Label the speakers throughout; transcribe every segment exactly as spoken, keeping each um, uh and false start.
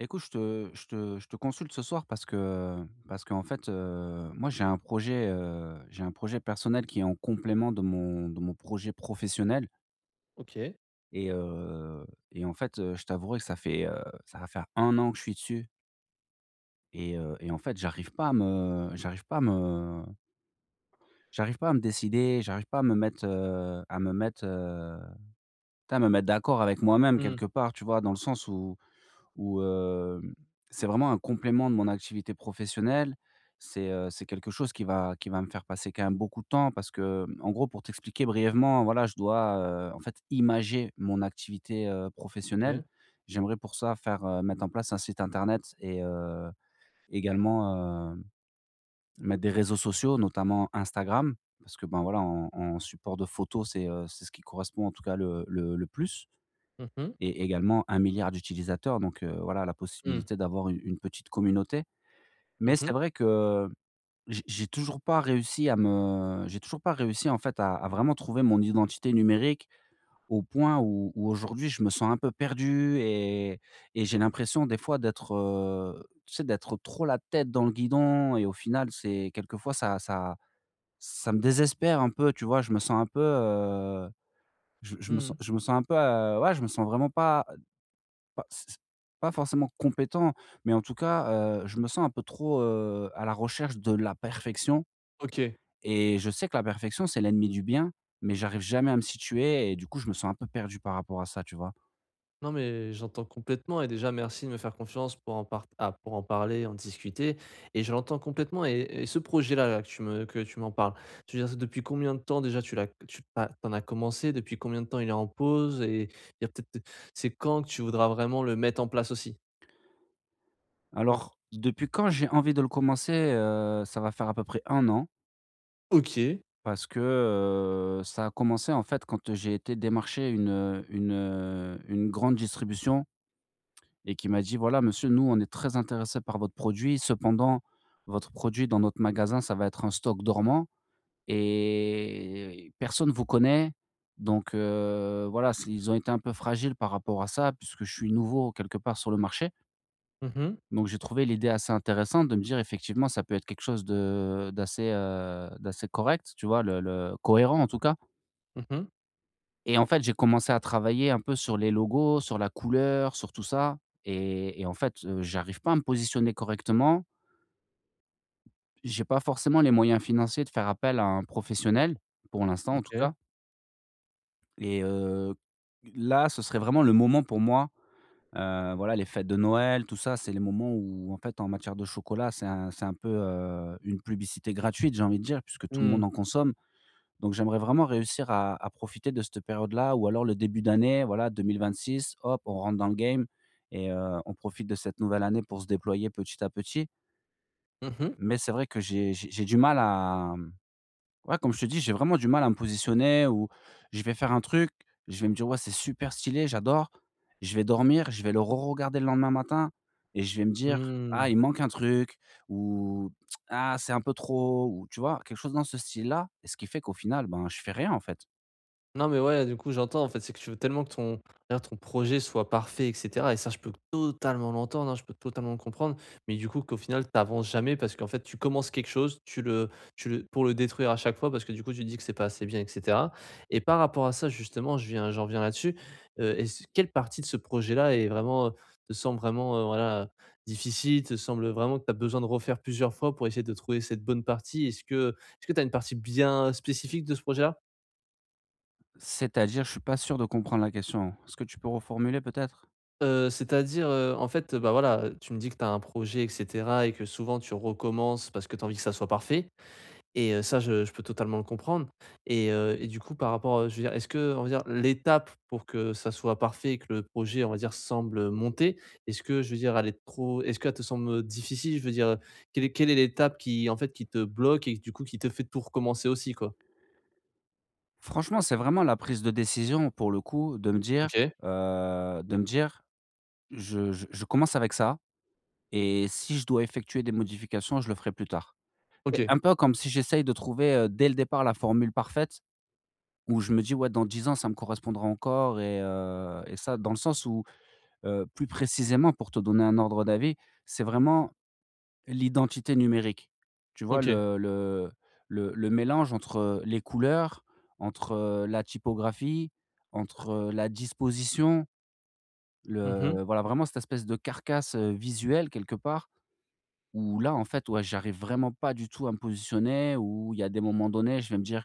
Speaker 1: Écoute, je te je te je te consulte ce soir parce que parce qu'en fait, heu, moi j'ai un projet, heu, j'ai un projet personnel qui est en complément de mon de mon projet professionnel.
Speaker 2: OK.
Speaker 1: Et heu et en fait, heu, je t'avouerai que ça fait, heu, ça va faire un an que je suis dessus. Et heu et en fait, j'arrive pas à me j'arrive pas à me j'arrive pas à me décider, j'arrive pas à me mettre, heu, à me mettre, heu, tu sais, à me mettre d'accord avec moi-même
Speaker 2: Mmh.
Speaker 1: quelque part, tu vois? Dans le sens où où, heu, c'est vraiment un complément de mon activité professionnelle. C'est, heu, c'est quelque chose qui va qui va me faire passer quand même beaucoup de temps parce que, en gros, pour t'expliquer brièvement, voilà, je dois, heu, en fait, imager mon activité, heu, professionnelle.
Speaker 2: OK.
Speaker 1: J'aimerais pour ça faire, heu, mettre en place un site internet et heu, également, heu, mettre des réseaux sociaux, notamment Instagram parce que, ben, voilà, en en support de photos, c'est, heu, c'est ce qui correspond en tout cas le le le plus,
Speaker 2: Mmh mh.
Speaker 1: et également un milliard d'utilisateurs, donc heu, voilà, la
Speaker 2: Mmh.
Speaker 1: possibilité d'avoir une une petite communauté. Mais
Speaker 2: Mmh
Speaker 1: c'est
Speaker 2: mh.
Speaker 1: vrai que j'ai j'ai toujours pas réussi à me j'ai toujours pas réussi, en fait, à à vraiment trouver mon identité numérique, au point où où aujourd'hui je me sens un peu perdu et et j'ai l'impression des fois d'être, heu, tu sais, d'être trop la tête dans le guidon et au final, c'est quelquefois ça ça ça me désespère un peu, tu vois? Je me sens un peu, heu, je je me sens
Speaker 2: Mmh.
Speaker 1: je me sens un peu, heu, ouais, je me sens vraiment pas pas c pas forcément compétent, mais en tout cas, heu, je me sens un peu trop, heu, à la recherche de la perfection.
Speaker 2: OK.
Speaker 1: Et je sais que la perfection, c'est l'ennemi du bien, mais j'arrive jamais à me situer et du coup, je me sens un peu perdu par rapport à ça, tu vois?
Speaker 2: Non, mais j'entends complètement et déjà merci de me faire confiance pour en part ah, pour en parler, en discuter. Et je l'entends complètement et et ce projet-là, là, que tu me que tu m'en parles, je veux dire, depuis combien de temps déjà tu l'as tu as tu en as commencé? Depuis combien de temps il est en pause? Et il y a peut-être, c'est quand que tu voudras vraiment le mettre en place aussi?
Speaker 1: Alors, depuis quand j'ai envie de le commencer, heu, ça va faire à peu près un an
Speaker 2: OK.
Speaker 1: parce que, heu, ça a commencé, en fait, quand j'ai été démarcher une, une, une grande distribution et qui m'a dit: «Voilà monsieur, nous on est très intéressés par votre produit. Cependant, votre produit dans notre magasin, ça va être un stock dormant et personne ne vous connaît, donc heu, voilà». C'est ils ont été un peu fragiles par rapport à ça puisque je suis nouveau quelque part sur le marché.
Speaker 2: Mmh mh.
Speaker 1: Donc j'ai trouvé l'idée assez intéressante de me dire: «Effectivement, ça peut être quelque chose de d'assez, heu, d'assez correct», tu vois? Le le cohérent en tout cas.
Speaker 2: Mmh mh.
Speaker 1: Et en fait, j'ai commencé à travailler un peu sur les logos, sur la couleur, sur tout ça et et en fait, heu, j'arrive pas à me positionner correctement. J'ai pas forcément les moyens financiers de faire appel à un professionnel, pour l'instant en tout
Speaker 2: OK.
Speaker 1: cas. et heu, Là, ce serait vraiment le moment pour moi, heu, voilà, les fêtes de Noël, tout ça, c'est les moments où en fait, en matière de chocolat, c'est un c'est un peu, heu, une publicité gratuite, j'ai envie de dire, puisque tout le monde
Speaker 2: Mmh.
Speaker 1: en consomme. Donc j'aimerais vraiment réussir à à profiter de cette période-là ou alors le début d'année, voilà, deux mille vingt-six, hop, on rentre dans le game et heu, on profite de cette nouvelle année pour se déployer petit à petit.
Speaker 2: Mmh mh.
Speaker 1: Mais c'est vrai que j'ai j'ai j'ai du mal à, mmh, ouais, comme je te dis, j'ai vraiment du mal à me positionner. Ou je vais faire un truc, je vais me dire: «Ouais, c'est super stylé, j'adore». Je vais dormir, je vais le re-regarder le lendemain matin et je vais me dire:
Speaker 2: Mmh.
Speaker 1: «Ah, il manque un truc» ou «Ah, c'est un peu trop» ou tu vois? Quelque chose dans ce style-là, et ce qui fait qu'au final, ben, je fais rien, en fait.
Speaker 2: Non, mais ouais, du coup, j'entends, en fait, c'est que tu veux tellement que ton d'ailleurs ton projet soit parfait et cetera, et ça, je peux totalement l'entendre, hein, je peux totalement le comprendre, mais du coup, qu'au final, tu avances jamais parce qu'en fait, tu commences quelque chose, tu le tu le pour le détruire à chaque fois parce que du coup, tu dis que c'est pas assez bien et cetera. Et par rapport à ça, justement, je viens j'en viens là-dessus, heu, est-ce quelle partie de ce projet-là est vraiment, heu, te semble vraiment, heu, voilà, difficile, te semble vraiment que tu as besoin de refaire plusieurs fois pour essayer de trouver cette bonne partie? Est-ce que est-ce que tu as une partie bien spécifique de ce projet-là?
Speaker 1: C'est-à-dire? Je suis pas sûr de comprendre la question. Est-ce que tu peux reformuler peut-être?
Speaker 2: Heu, c'est-à-dire, heu, en fait, bah, voilà, tu me dis que tu as un projet et cetera et que souvent tu recommences parce que tu as envie que ça soit parfait. Et heu, ça, je je peux totalement le comprendre. Et heu et du coup par rapport, heu, je veux dire, est-ce que, on va dire, l'étape pour que ça soit parfait et que le projet, on va dire, semble, heu, monter, est-ce que je veux dire elle est trop est-ce qu'elle te semble difficile? Je veux dire, quelle est quelle est l'étape qui, en fait, qui te bloque et du coup qui te fait tout recommencer aussi, quoi?
Speaker 1: Franchement, c'est vraiment la prise de décision pour le coup de me dire,
Speaker 2: OK.
Speaker 1: heu, de me dire: «Je je je commence avec ça et si je dois effectuer des modifications, je le ferai plus tard». C'est
Speaker 2: OK.
Speaker 1: un peu comme si j'essaye de trouver, heu, dès le départ la formule parfaite, où je me dis: «Ouais, dans dix ans, ça me correspondra encore». Et heu et ça Dans le sens où, heu, plus précisément pour te donner un ordre d'avis, c'est vraiment l'identité numérique. Tu vois
Speaker 2: OK.
Speaker 1: le le le le mélange entre les couleurs, entre la typographie, entre la disposition,
Speaker 2: Mmh.
Speaker 1: le voilà vraiment cette espèce de carcasse, heu, visuelle quelque part, où là, en fait, ouais, j'arrive vraiment pas du tout à me positionner, où il y a des moments donnés, je vais me dire: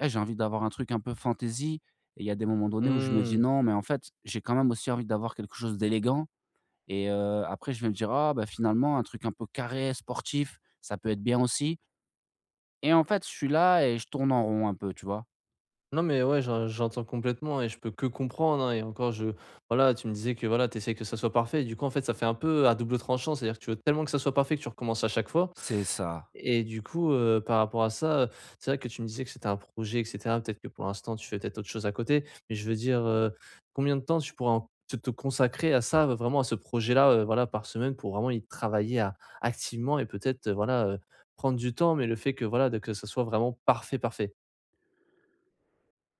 Speaker 1: «Eh, j'ai envie d'avoir un truc un peu fantaisie», et il y a des moments donnés où je me dis:
Speaker 2: Mmh.
Speaker 1: «Non, mais en fait, j'ai quand même aussi envie d'avoir quelque chose d'élégant». Et heu, après je vais me dire: «Ah bah finalement un truc un peu carré, sportif, ça peut être bien aussi», et en fait je suis là et je tourne en rond un peu, tu vois?
Speaker 2: Non mais ouais, j'en j'entends complètement et je peux que comprendre, hein. Et encore, je voilà, tu me disais que voilà, t'essayes que ça soit parfait, du coup, en fait, ça fait un peu à double tranchant. C'est-à-dire que tu veux tellement que ça soit parfait que tu recommences à chaque fois.
Speaker 1: C'est ça.
Speaker 2: Et du coup, heu, par rapport à ça, heu, c'est vrai que tu me disais que c'était un projet et cetera. Peut-être que pour l'instant, tu fais peut-être autre chose à côté, mais je veux dire, heu, combien de temps tu pourrais en te te consacrer à ça, heu, vraiment à ce projet-là, heu, voilà, par semaine pour vraiment y travailler à activement et peut-être, heu, voilà, heu, prendre du temps, mais le fait que voilà, de que ça soit vraiment parfait, parfait.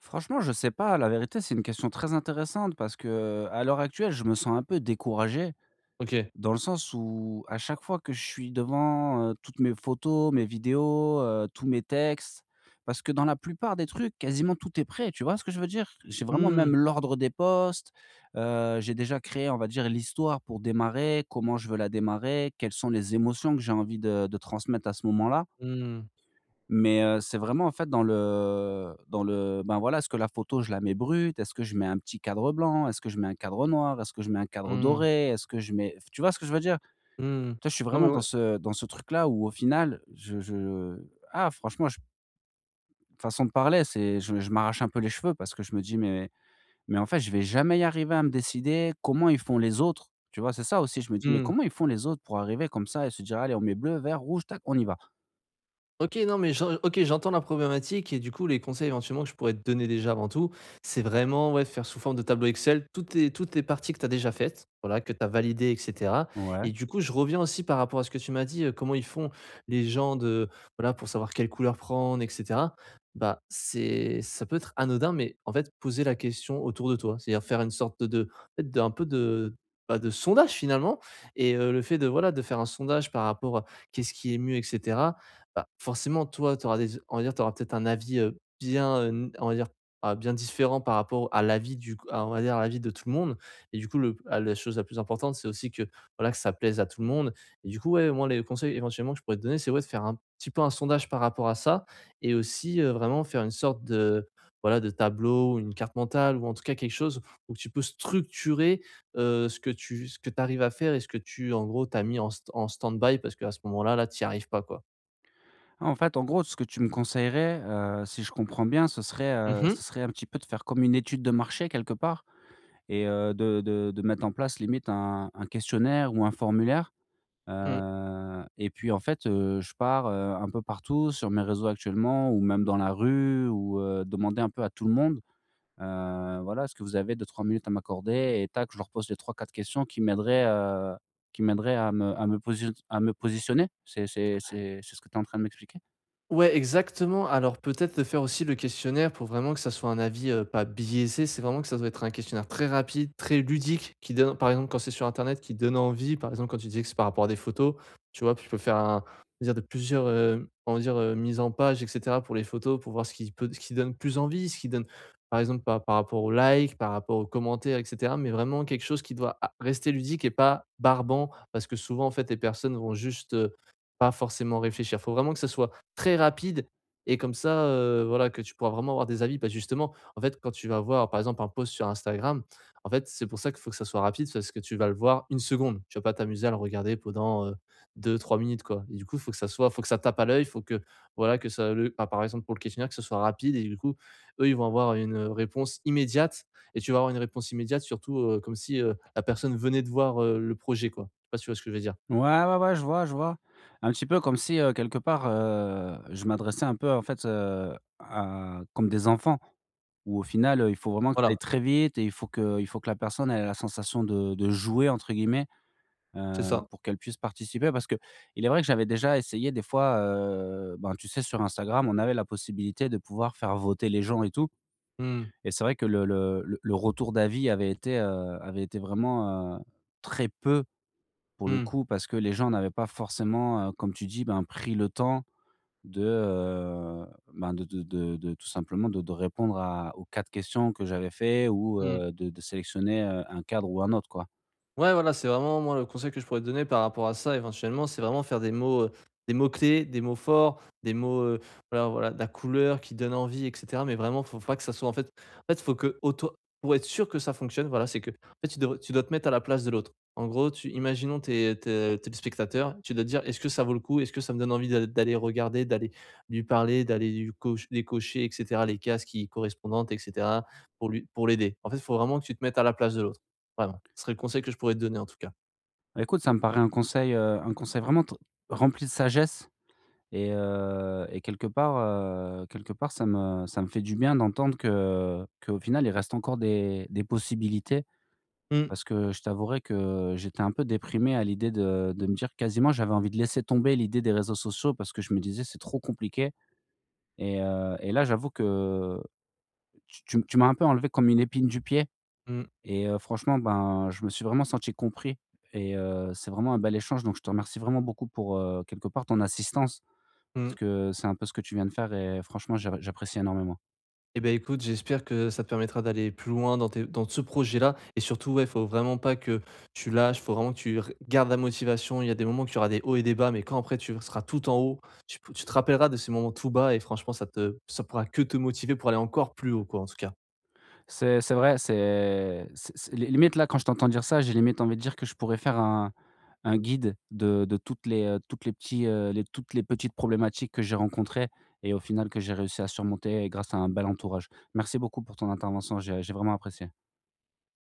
Speaker 1: Franchement je sais pas, la vérité c'est une question très intéressante parce que à l'heure actuelle je me sens un peu découragé.
Speaker 2: OK.
Speaker 1: Dans le sens où, à chaque fois que je suis devant, heu, toutes mes photos, mes vidéos, heu, tous mes textes, parce que dans la plupart des trucs, quasiment tout est prêt, tu vois ce que je veux dire? J'ai vraiment
Speaker 2: Mmh.
Speaker 1: même l'ordre des posts, heu, j'ai déjà créé, on va dire, l'histoire pour démarrer, comment je veux la démarrer, quelles sont les émotions que j'ai envie de de transmettre à ce moment-là.
Speaker 2: Mmh.
Speaker 1: Mais, heu, c'est vraiment, en fait, dans le dans le ben, voilà, est-ce que la photo, je la mets brute? Est-ce que je mets un petit cadre blanc? Est-ce que je mets un cadre noir? Est-ce que je mets un cadre
Speaker 2: Mmh.
Speaker 1: doré? Est-ce que je mets tu vois ce que je veux dire?
Speaker 2: Mmh.
Speaker 1: Toi, je suis
Speaker 2: Non mais
Speaker 1: vraiment dans
Speaker 2: ouais.
Speaker 1: ce dans ce truc-là où au final, je je ah franchement, je façon de parler, c'est je je m'arrache un peu les cheveux parce que je me dis: «Mais mais en fait, je vais jamais y arriver à me décider. Comment ils font les autres?» Tu vois? C'est ça aussi, je me dis: «Mais
Speaker 2: Mmh.
Speaker 1: comment ils font les autres pour arriver comme ça et se dire: "Allez, on met bleu, vert, rouge, tac, on y va"?»
Speaker 2: OK, non, mais j'en OK, j'entends la problématique et du coup, les conseils éventuellement que je pourrais te donner déjà avant tout, c'est vraiment, ouais, faire sous forme de tableau Excel toutes tes toutes les parties que tu as déjà faites, voilà, que tu as validées et cetera.
Speaker 1: Ouais.
Speaker 2: Et du coup, je reviens aussi par rapport à ce que tu m'as dit, heu, comment ils font les gens de voilà, pour savoir quelle couleur prendre et cetera. Bah, c'est, ça peut être anodin, mais en fait, poser la question autour de toi. C'est-à-dire faire une sorte de, en fait, d'un peu de, bah, de sondage finalement. Et heu, le fait de, voilà, de faire un sondage par rapport à qu'est-ce qui est mieux, etc. Bah, forcément, toi, tu auras des, on va dire, t'auras peut-être un avis, heu, bien, heu, n on va dire, ah, bien différent par rapport à l'avis du à on va dire, à l'avis de tout le monde. Et du coup, le ah, la chose la plus importante, c'est aussi que, voilà, que ça plaise à tout le monde. Et du coup, ouais, moi, les conseils éventuellement que je pourrais te donner, c'est, ouais, de faire un petit peu un sondage par rapport à ça. Et aussi, heu, vraiment faire une sorte de, voilà, de tableau ou une carte mentale ou en tout cas quelque chose où tu peux structurer, heu, ce que tu ce que tu arrives à faire et ce que tu, en gros, t'as mis en st en stand-by parce qu'à ce moment-là, là, tu n'y arrives pas, quoi.
Speaker 1: En fait, en gros, ce que tu me conseillerais, heu, si je comprends bien, ce serait, heu,
Speaker 2: Mmh.
Speaker 1: ce serait un petit peu de faire comme une étude de marché quelque part, et heu, de de de mettre en place limite un un questionnaire ou un formulaire.
Speaker 2: Mmh.
Speaker 1: Heu et puis en fait, heu, je pars, heu, un peu partout sur mes réseaux actuellement ou même dans la rue, ou, heu, demander un peu à tout le monde, heu, voilà: «Est-ce que vous avez deux trois minutes à m'accorder?» et tac, je leur pose les trois quatre questions qui m'aideraient, heu, qui m'aideraient à me à me posi à me positionner. C'est c'est c'est c'est ce que tu es en train de m'expliquer?
Speaker 2: Ouais, exactement. Alors peut-être de faire aussi le questionnaire pour vraiment que ça soit un avis, heu, pas biaisé. C'est vraiment que ça doit être un questionnaire très rapide, très ludique, qui donne, par exemple, quand c'est sur internet, qui donne envie. Par exemple, quand tu dis que c'est par rapport à des photos, tu vois? Tu peux faire un, on va dire, de plusieurs, heu, on va dire, heu, mises en page et cetera pour les photos, pour voir ce qui peut ce qui donne plus envie, ce qui donne, par exemple, par par rapport aux likes, par rapport aux commentaires et cetera. Mais vraiment quelque chose qui doit a rester ludique et pas barbant, parce que souvent, en fait, les personnes vont juste, heu, pas forcément réfléchir. Faut vraiment que ça soit très rapide, et comme ça, heu, voilà, que tu pourras vraiment avoir des avis. Parce que justement, en fait, quand tu vas voir, par exemple, un post sur Instagram, en fait, c'est pour ça qu'il faut que ça soit rapide, parce que tu vas le voir une seconde. Tu vas pas t'amuser à le regarder pendant, heu, deux trois minutes, quoi. Et du coup, il faut que ça soit faut que ça tape à l'œil, faut que, voilà, que ça le bah, par exemple, pour le questionnaire, que ce soit rapide. Et du coup, eux, ils vont avoir une réponse immédiate et tu vas avoir une réponse immédiate, surtout, heu, comme si, heu, la personne venait de voir, heu, le projet, quoi. Je sais pas si tu vois ce que je veux dire?
Speaker 1: Ouais, ouais, ouais, je vois, je vois. Un petit peu comme si, heu, quelque part, heu, je m'adressais un peu en fait, heu, à comme des enfants. Où au final, heu, il faut vraiment que ça aille
Speaker 2: Voilà,
Speaker 1: très vite et il faut que il faut que la personne elle ait la sensation de de «jouer» entre guillemets,
Speaker 2: c'est
Speaker 1: heu,
Speaker 2: ça.
Speaker 1: pour qu'elle puisse participer. Parce que il est vrai que j'avais déjà essayé des fois, heu, ben, tu sais sur Instagram, on avait la possibilité de pouvoir faire voter les gens et tout.
Speaker 2: Mmh.
Speaker 1: Et c'est vrai que le le le le retour d'avis avait été, heu, avait été vraiment, heu, très peu. Pour le
Speaker 2: Mmh.
Speaker 1: coup, parce que les gens n'avaient pas forcément, heu, comme tu dis, ben, pris le temps de, heu, ben, de de de de tout simplement de de répondre à aux quatre questions que j'avais fait, ou,
Speaker 2: Mmh.
Speaker 1: heu, de de sélectionner, heu, un cadre ou un autre, quoi.
Speaker 2: Ouais, voilà, c'est vraiment, moi, le conseil que je pourrais te donner par rapport à ça éventuellement, c'est vraiment faire des mots, heu, des mots clés, des mots forts, des mots, heu, voilà voilà, de la couleur qui donne envie et cetera. Mais vraiment, faut pas que ça soit en fait, en fait, faut que auto pour être sûr que ça fonctionne, voilà, c'est que, en fait, tu devrais tu dois te mettre à la place de l'autre. En gros, tu imaginons t'es es tu es, tu dois te dire: «Est-ce que ça vaut le coup? Est-ce que ça me donne envie d'aller d'aller regarder, d'aller lui parler, d'aller lui coche les cocher et cetera, les cases qui correspondantes et cetera pour lui pour l'aider?». En fait, faut vraiment que tu te mettes à la place de l'autre. Vraiment, ce serait le conseil que je pourrais te donner en tout cas.
Speaker 1: Bah, écoute, ça me paraît un conseil, heu, un conseil vraiment tr rempli de sagesse, et heu et quelque part, heu, quelque part ça me ça me fait du bien d'entendre que qu'au final il reste encore des des possibilités.
Speaker 2: Mmh,
Speaker 1: Parce que je t'avouerai que j'étais un peu déprimé à l'idée de de me dire, quasiment j'avais envie de laisser tomber l'idée des réseaux sociaux parce que je me disais: «C'est trop compliqué». Et heu et là, j'avoue que tu tu m tu m'as un peu enlevé comme une épine du pied,
Speaker 2: mmh,
Speaker 1: et heu, franchement, ben, je me suis vraiment senti compris. Et heu, c'est vraiment un bel échange, donc je te remercie vraiment beaucoup pour, heu, quelque part, ton assistance, parce
Speaker 2: mmh.
Speaker 1: que c'est un peu ce que tu viens de faire et franchement, j'a j'apprécie énormément.
Speaker 2: Et ben écoute, j'espère que ça te permettra d'aller plus loin dans tes dans ce projet-là, et surtout, ouais, faut vraiment pas que tu lâches, faut vraiment que tu r gardes la motivation. Il y a des moments qu'il tu auras des hauts et des bas, mais quand après tu seras tout en haut, tu tu te rappelleras de ces moments tout bas et franchement ça te ça pourra que te motiver pour aller encore plus haut, quoi, en tout cas.
Speaker 1: C'est c'est vrai, c'est c'est c'est li limite là, quand je t'entends dire ça, j'ai limite envie de dire que je pourrais faire un un guide de de toutes les, heu, toutes les petits, heu, les toutes les petites problématiques que j'ai rencontrées et au final que j'ai réussi à surmonter grâce à un bel entourage. Merci beaucoup pour ton intervention, j'ai j'ai vraiment apprécié.